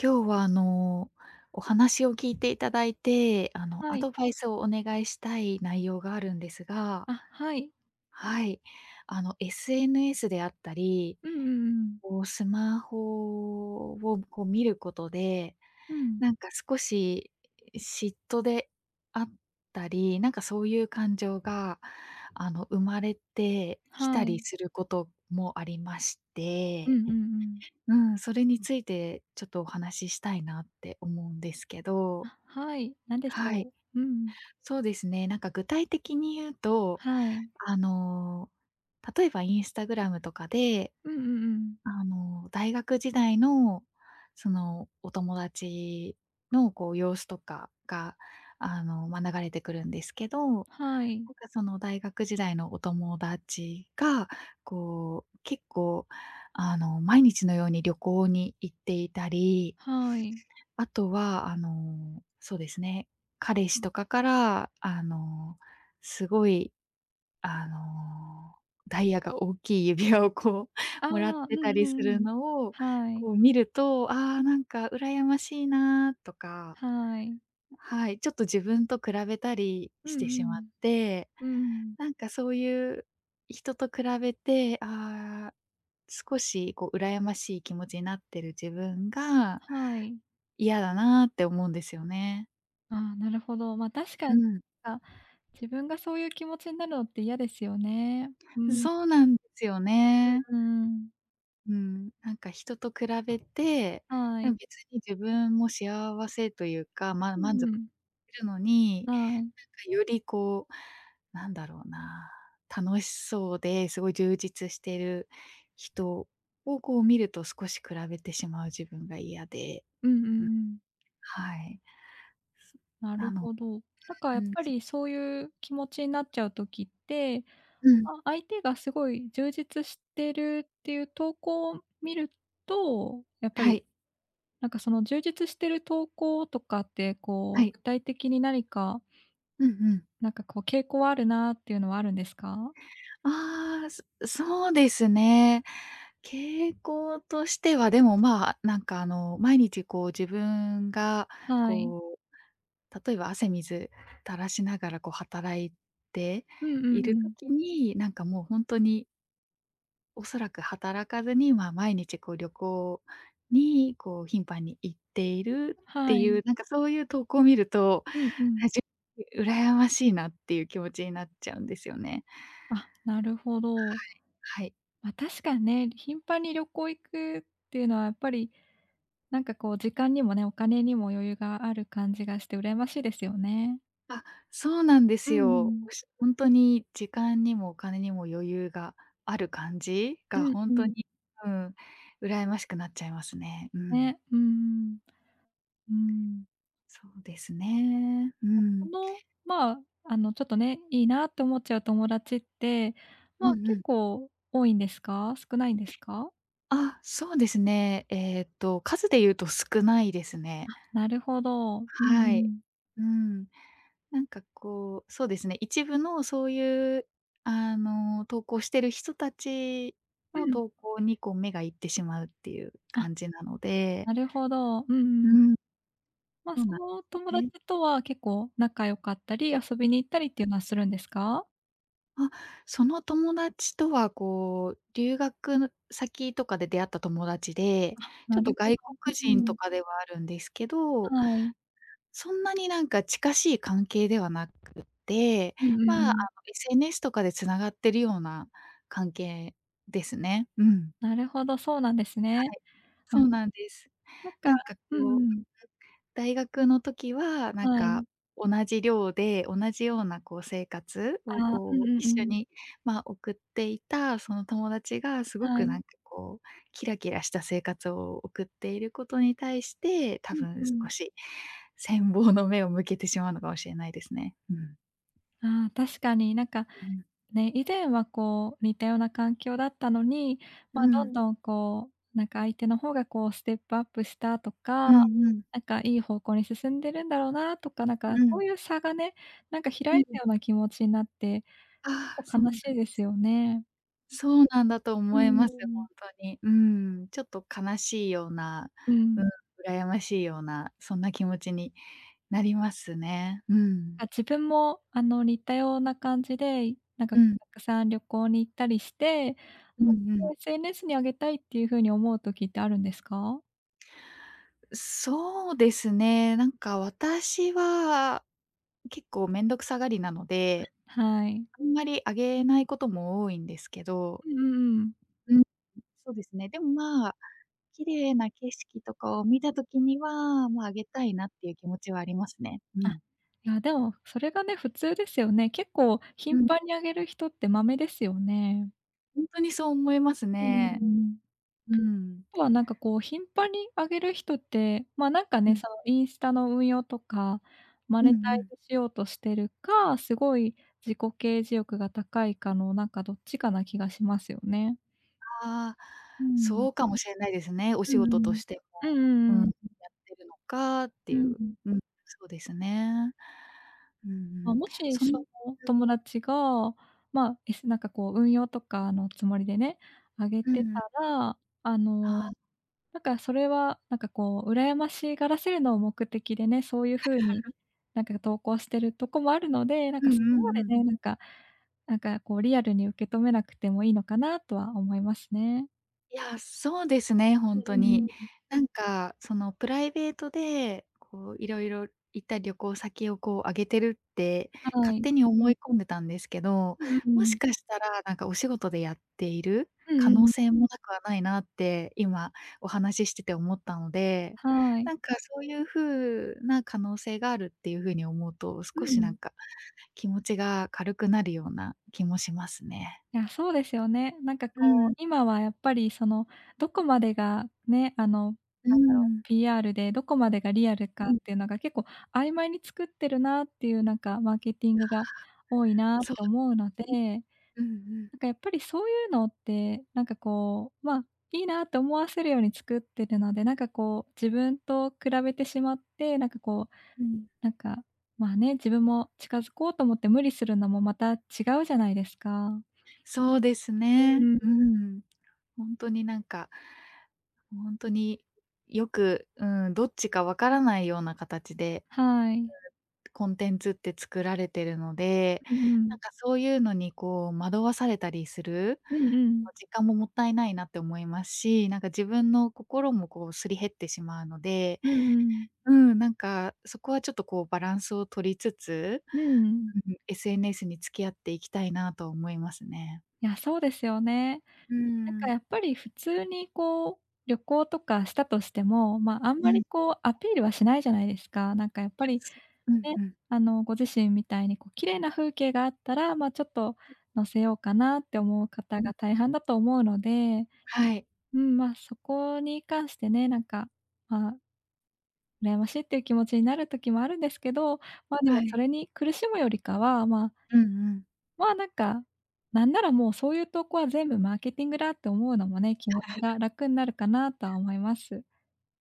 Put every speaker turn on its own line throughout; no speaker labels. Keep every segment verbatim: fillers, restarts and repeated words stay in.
今日はあの、お話を聞いていただいて、あの、
は
アド
い。
バイスをお願いしたい内容があるんですが、
あ、はい。
はい。あの、エスエヌエス であったり、
うんうんうん。
こうスマホをこう見ることで、
うん。
なんか少し嫉妬であったり、なんかそういう感情が、あの、生まれてき
は
たり
い。
することもありまし
うんう
て。
んうん。
うん、それについてちょっとお話ししたいなって思うんですけど、
あ、はい。何でし
はい、
ょう。うん。
そうですね、なんか具体的に言うと、
はい。
あの、例えばインスタグラムとかで、
うんうんうん。
あの、大学時代のそのお友達のこう様子とかが、あの、まあ、流れてくるんですけど、
はい。
なんかその大学時代のお友達が、こう結構あの、毎日のように旅行に行っていたり、
はい。
あとは、あの、そうですね、彼氏とかから、あの、すごい、あの、ダイヤが大きい指輪をこう、
ああ、
もらっ
うん
て
う
たりす
ん
る
うん。
のを、
はい。
こう見ると、ああ、なんか羨ましいなとか、
はい。
はい、ちょっと自分と比べたり
うん
して
う
しまっ
ん。
て、
うん。
なんかそういう人と比べて、ああ、少しこう羨ましい気持ちになってる自分が
はい。
嫌だなって思うんですよね。
ああ、なるほど。まあ、確か
う
に、
ん、
あ、自分がそういう気持ちになるのって嫌ですよね。うん、
そうなんですよね。
うん。
うん、なんか人と比べて、
は
う
い。
ん、別に自分も幸せというか、ま、
う
満
んう
足
ん。
してるのに、
はい。
なんかよりこう、なんだろうな、楽しそうですごい充実してる人をこう見ると少し比べてしまう自分が嫌で、
うんうんう
うん、
ん。
はい。す
な
な
る
の
ほど。なんか
う
やっ
ん、
ぱ
す
りそういう気持ちになっちゃう時って、
うん、
あ、相手がすごい充実してるっていう投稿を見ると、やっぱ
は
り
い、
なんかその充実してる投稿とかって、
は
こう
い。
具体的に何か、
うんうん。
なんかこう傾向はあるなっていうのはあるんですか？
ああ、そそうですね。傾向としては、でも、まあ、なんか、あの、毎日こう自分が、
はい。
こう、例えば汗水垂らしながらこう働いて
うんうん
い
う
る
ん。
時に、なんかもうほんとに、おそらく働かずに、まあ、毎日こう旅行に、こう頻繁に行っているっ
は
てい
い。
う、なんかそういう投稿を見ると、
うんうん。
あ、じ羨ましいなっていう気持ちになっちゃうんですよね。
あ、なるほど。
はい。
まあ、確かにね、頻繁に旅行行くっていうのはやっぱりなんかこう時間にもね、お金にも余裕がある感じがして羨ましいですよね。
あ、そうなんで
う
すよ。
ん。
ほんとに時間にもお金にも余裕がある感じ
う
が
ん
ほ
う
んと
ん。
に、うん、羨ましくなっちゃいますね。うん。
ね、うん、うん。
そうですね。う
あ、そ
ん。
の、まあ、あの、ちょっとね、いいなって思っちゃう友達って、
う
まあ、
んう
結
ん。
構多いんですか？少ないんですか？
あ、そうですね。えっと、数で言うと少ないですね。
なるほど。うんう
はい。
ん。
うん。なんかこう、そうですね、一部のそういう、あの、投稿してる人たち
う
の
ん。
投稿にこう目がいってしまうっていう
あ、
感じなので、
なるほど。う
う
んうん。
ん、
まあ、
そう
そ
なんで
の友達
すね。
とは結構仲良かったり、遊びに行ったりっていうのはするんですか？
あ、その友達とはこう、留学の先とかで出会った友達で、ち
な
ょっと
るほど。
外国
うん
人
う
と
ん。
かではあるんですけど、
はい。
そんなになんか近しい関係ではなくて、
うんうん
ま
う
あ、あの、
ん。
エスエヌエス とかで繋がってるような関係ですね。うん。
なるほど、そうなんですね。
はい。
あ、
そうなんです。
なんか
なんか
うん
こ
う
う、
ん。
大学の時は、なん
はい。
か同じ寮で、同じようなこう生活を
ああ、う
こ
ん
う
うんう
一緒
ん。
に、ま、送っていたその友達がすご
は
く
い。
なんかこう、キラキラした生活を送っていることに対して、多
うん
分
う
少
ん。
し羨望の目を向けてしまうのかもしれないですね。うん。
ああ、確かになんか、
うん。
ね、以前はこう似たような環境だったのに、
う
ま、ど
ん。
んどんこう、なんか相手の方がこうステップアップしたと
う
か、
んうん。
なんかいい方向に進んでるんだろうなとか、なん
う
かそ
ん。
ういう差がね、なんか
う
開い
ん。
たような気持ちになって、ち
あ
ょっ
あ、
と
そう
悲
なん
しいですよね。
そうなんだと
うん
思
う
い
ん
ます、
う
ほ
ん。
んとに。うん、ちょっと悲しいような、
うん。
うん、羨ましいような、そんな気持ちになりますね。う
あ、
ん。
自分もあの、似たような感じで、なんか
う
た
ん、
くさん旅行に行ったりして、あ
うん
のこ
う
れ
ん。
を エスエヌエス に上げたいっていう風に思う時ってあるんですか？
そうですね、なんか私は結構めんどくさがりなので、
はい。
あんまりあげないことも多いんですけど、
うんうんうん。
うん、そうですね、でも、まあ、綺麗な景色とかを見た時には、まあ、あげたいなっていう気持ちはありますね。う
あ、
ん。
いやでも、それがね、普通ですよね。結構
う
頻
ん。
繁に上げる人ってまめですよね。
ほんとにそう思います
うんう
ね。
ん。
うん。
とはなんかこう頻繁に上げる人って、ま、なんか
う
ね、
ん、
そのインスタの運用とか、マ
う
ネ
ん
タ
う
イ
ん。
ズしようとしてるか、すごい自己啓示欲が高いかのなんかどっちかな気がしますよね。
ああ、
うん。
そうかもしれないですね、お
う
仕事
んう
と
ん。
しても、
うんう
うん、
ん
や
う
っ
ん。
てるのかって
う
いう。
ん。
うん、そうですね。うんう
まあ、
ん。
もし、
そ
そ
の
の友達が、まあ、えすなんかこう運用とかのつもりでね、あげ
うん、う
て
んうん。
たら、あの、
ああ、
なんかそれは、なんかこう羨ましがらせるのを目的でね、そういう風になんか投稿してるとこもあるので、なん
う
か
ん
そ
う
こま
ん
で
うん。
ね、なんかなんかこうリアルに受け止めなくてもいいのかなとは思いますね。
いや、そうですね、ほ
うん
んと
うん
に。
うん。
なんか、その、プライベートで、こう、いろいろ行った旅行先を、こう、挙げてるって、
は
勝
い。
手に思い込んでたんですけど、
うんう
もし
ん。
かしたら、なんか、お仕事でやっている
うん
可
う
能
ん。
性もなくはないなって、今お話ししてて思ったので、
はい。
なんか、そういう風な可能性があるっていう風に思うと、
う
少し、なん
ん。
か、気持ちが軽くなるような気もしますね。
いや、そうですよね。なんかこ
う
う、
ん、
今はやっぱりその、どこまでがね、あの、
う
なんだろう、
ん、
ピーアール で、どこまでがリアルか
うん、
っていうのが結構曖昧に作ってるなっていうなんかマーケティングが多いなっ
そ
て思うので、
う、うんうん。
なんかやっぱりそういうのって、なんかこう、まあ、いいなって思わせるように作ってるので、なんかこう、自分と比べてしまって、なんかこう、
うん、
なんか、まあね、自分も近づこうと思って無理するのもまた違うじゃないですか。
そうです
う
ね。
ん
うん。本当になんか、本当によく、うん、どっちかわからないような形で
はい。
コンテンツって作られてるので、
うんう
な
ん。
んかそういうのにこう惑わされたりする、
うんうん。
時間ももったいないなって思いますし、なんか自分の心もこうすり減ってしまうので、
うんうん。
うん、なんかそこはちょっとこうバランスを取りつつ、
うん。
うん、エスエヌエス に付き合っていきたいなと思いますね。
いや、そうですよね。
う
なんか
ん。
やっぱり普通にこう、旅行とかしたとしても、まあ、あん
う
まり
ん。
こうアピールはしないじゃないですか。なんかやっぱ
で
り
す。うん
ね、
うん。
あの、ご自身みたいにこう綺麗な風景があったら、まあ、ちょっと載せようかなって思う方
うん。
が大半だと思うので、
はい。
うん、まあ、そこに関してね、なんか、まあ、羨ましいっていう気持ちになる時もあるんですけど、まあ、でも
は
そ
い。
れに苦しむよりかは、まあ
うんうん。
まあ、なんか、なんならもうそういう投稿は全部マーケティングだって思うのもね、気持ちが楽になるかなとは思います。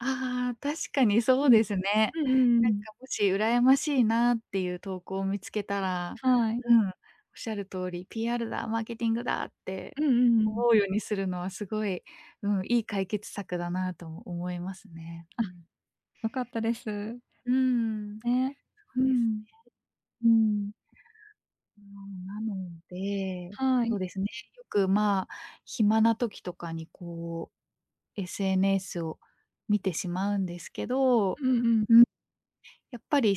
ああ、確かにそ
う
う
ん。
ですね。
うんうんう
なんか
ん。
もし羨ましいなっていう投稿を見つけたら、
はい。
うん、おっしゃる通り、ピーアール だ、マーケティングだって
うんうんうん。
思うようにするのはすごい、うん、いい解決策だなとも思いますね。うん。
良かったです。
うーん、そ
ね。う
うです。
ん。
うん。なので、
は
そ
い。
うですね、よく、まあ、暇な時とかにこう、エスエヌエス を見てしまうんですけど、
うんうん。
やっぱり、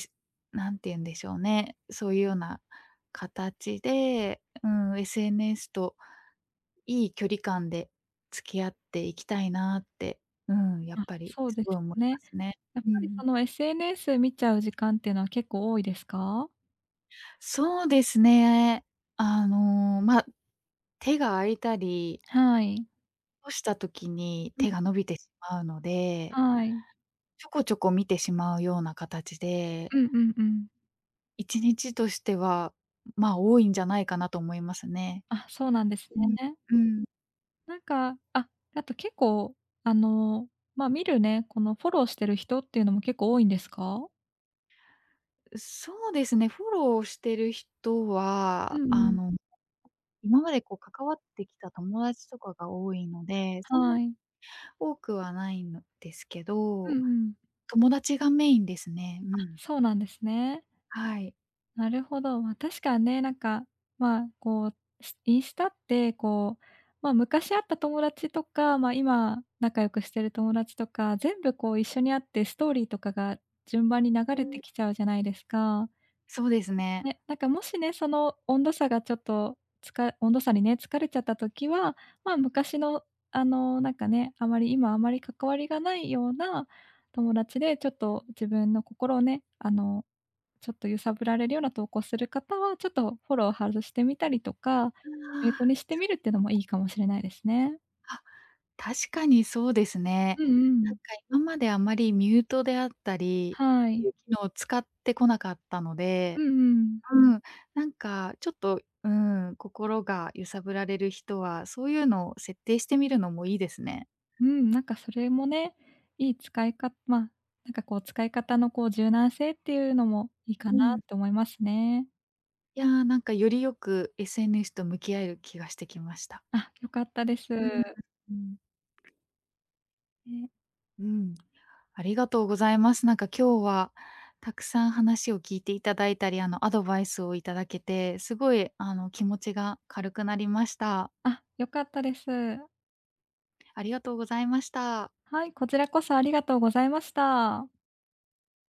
なんて言うんでしょうね、そういうような形で、うん、エスエヌエス といい距離感で付き合っていきたいなって、うん、やっ
まあ、
ぱり
そう
す
です
ごい
よ
思いま
ね。
すね。
やっ
う
ぱりそ
ん。
の エスエヌエス 見ちゃう時間っていうのは結構多いですか？
そうですね。あの、まあ、手が空いたり
はい。
とした時に
うん、
手が伸びてしまうので、
はい。
ちょこちょこ見てしまうような形で、
うんうんうん。
いちにちとしては、まあ、多いんじゃないかなと思いますね。
あ、そうなんです
うん、
ね。
うん。
なんか、あ、あと結構、あの、まあ、見るね、このフォローしてる人っていうのも結構多いんですか？
そうですね、フォローしてる人
うん
は、
う
あ
ん。
の、今までこう関わってきた友達とかが多いので、そんな
はい。
多くはないんですけ
うん
ど、
うん。
友達がメインですね。
あ、
うん。
そうなんですね。
はい。
なるほど。まあ、確かにね、なんか、まあ、こう、しインスタって、こう、まあ、昔会った友達とか、まあ、今仲良くしてる友達とか、全部こう一緒に会ってストーリーとかが順番に流れてきちゃうじゃないですか。
そうですね。
ね、なんかもしね、その温度差がちょっと、つか温度差にね、疲れちゃった時は、まあ、昔の、あの、なんかね、あまり今あまり関わりがないような友達で、ちょっと自分の心をね、あの、ちょっと揺さぶられるような投稿する方は、ちょっとフォロー外してみたりとか、ミュートにしてみるっていうのもいいかもしれないですね。
あ。確かにそうですね。
うんう
なんか
ん。
今まであまりミュートであったり
は
って
い。
いう機能を使ってこなかったの
う
で、
んうん。
うん、なんかちょっと、うん、心が揺さぶられる人は、そういうのを設定してみるのもいいですね。
うん、なんかそれもね、いい使いかまあ、なんかこう使い方のこう柔軟性っていうのもいいかうん。
う
な
ん。
って思いますね。
いや、なんかよりよく エスエヌエス と向き合える気がしてきました。
あ、良かったです。
うん、うん。ね。うん。ありがとうございます。なんか今日はたくさん話を聞いていただいたり、あのアドバイスをいただけて、すごいあの気持ちが軽くなりました。
あ、良かったです。
ありがとうございました。
はい、こちらこそありがとうございました。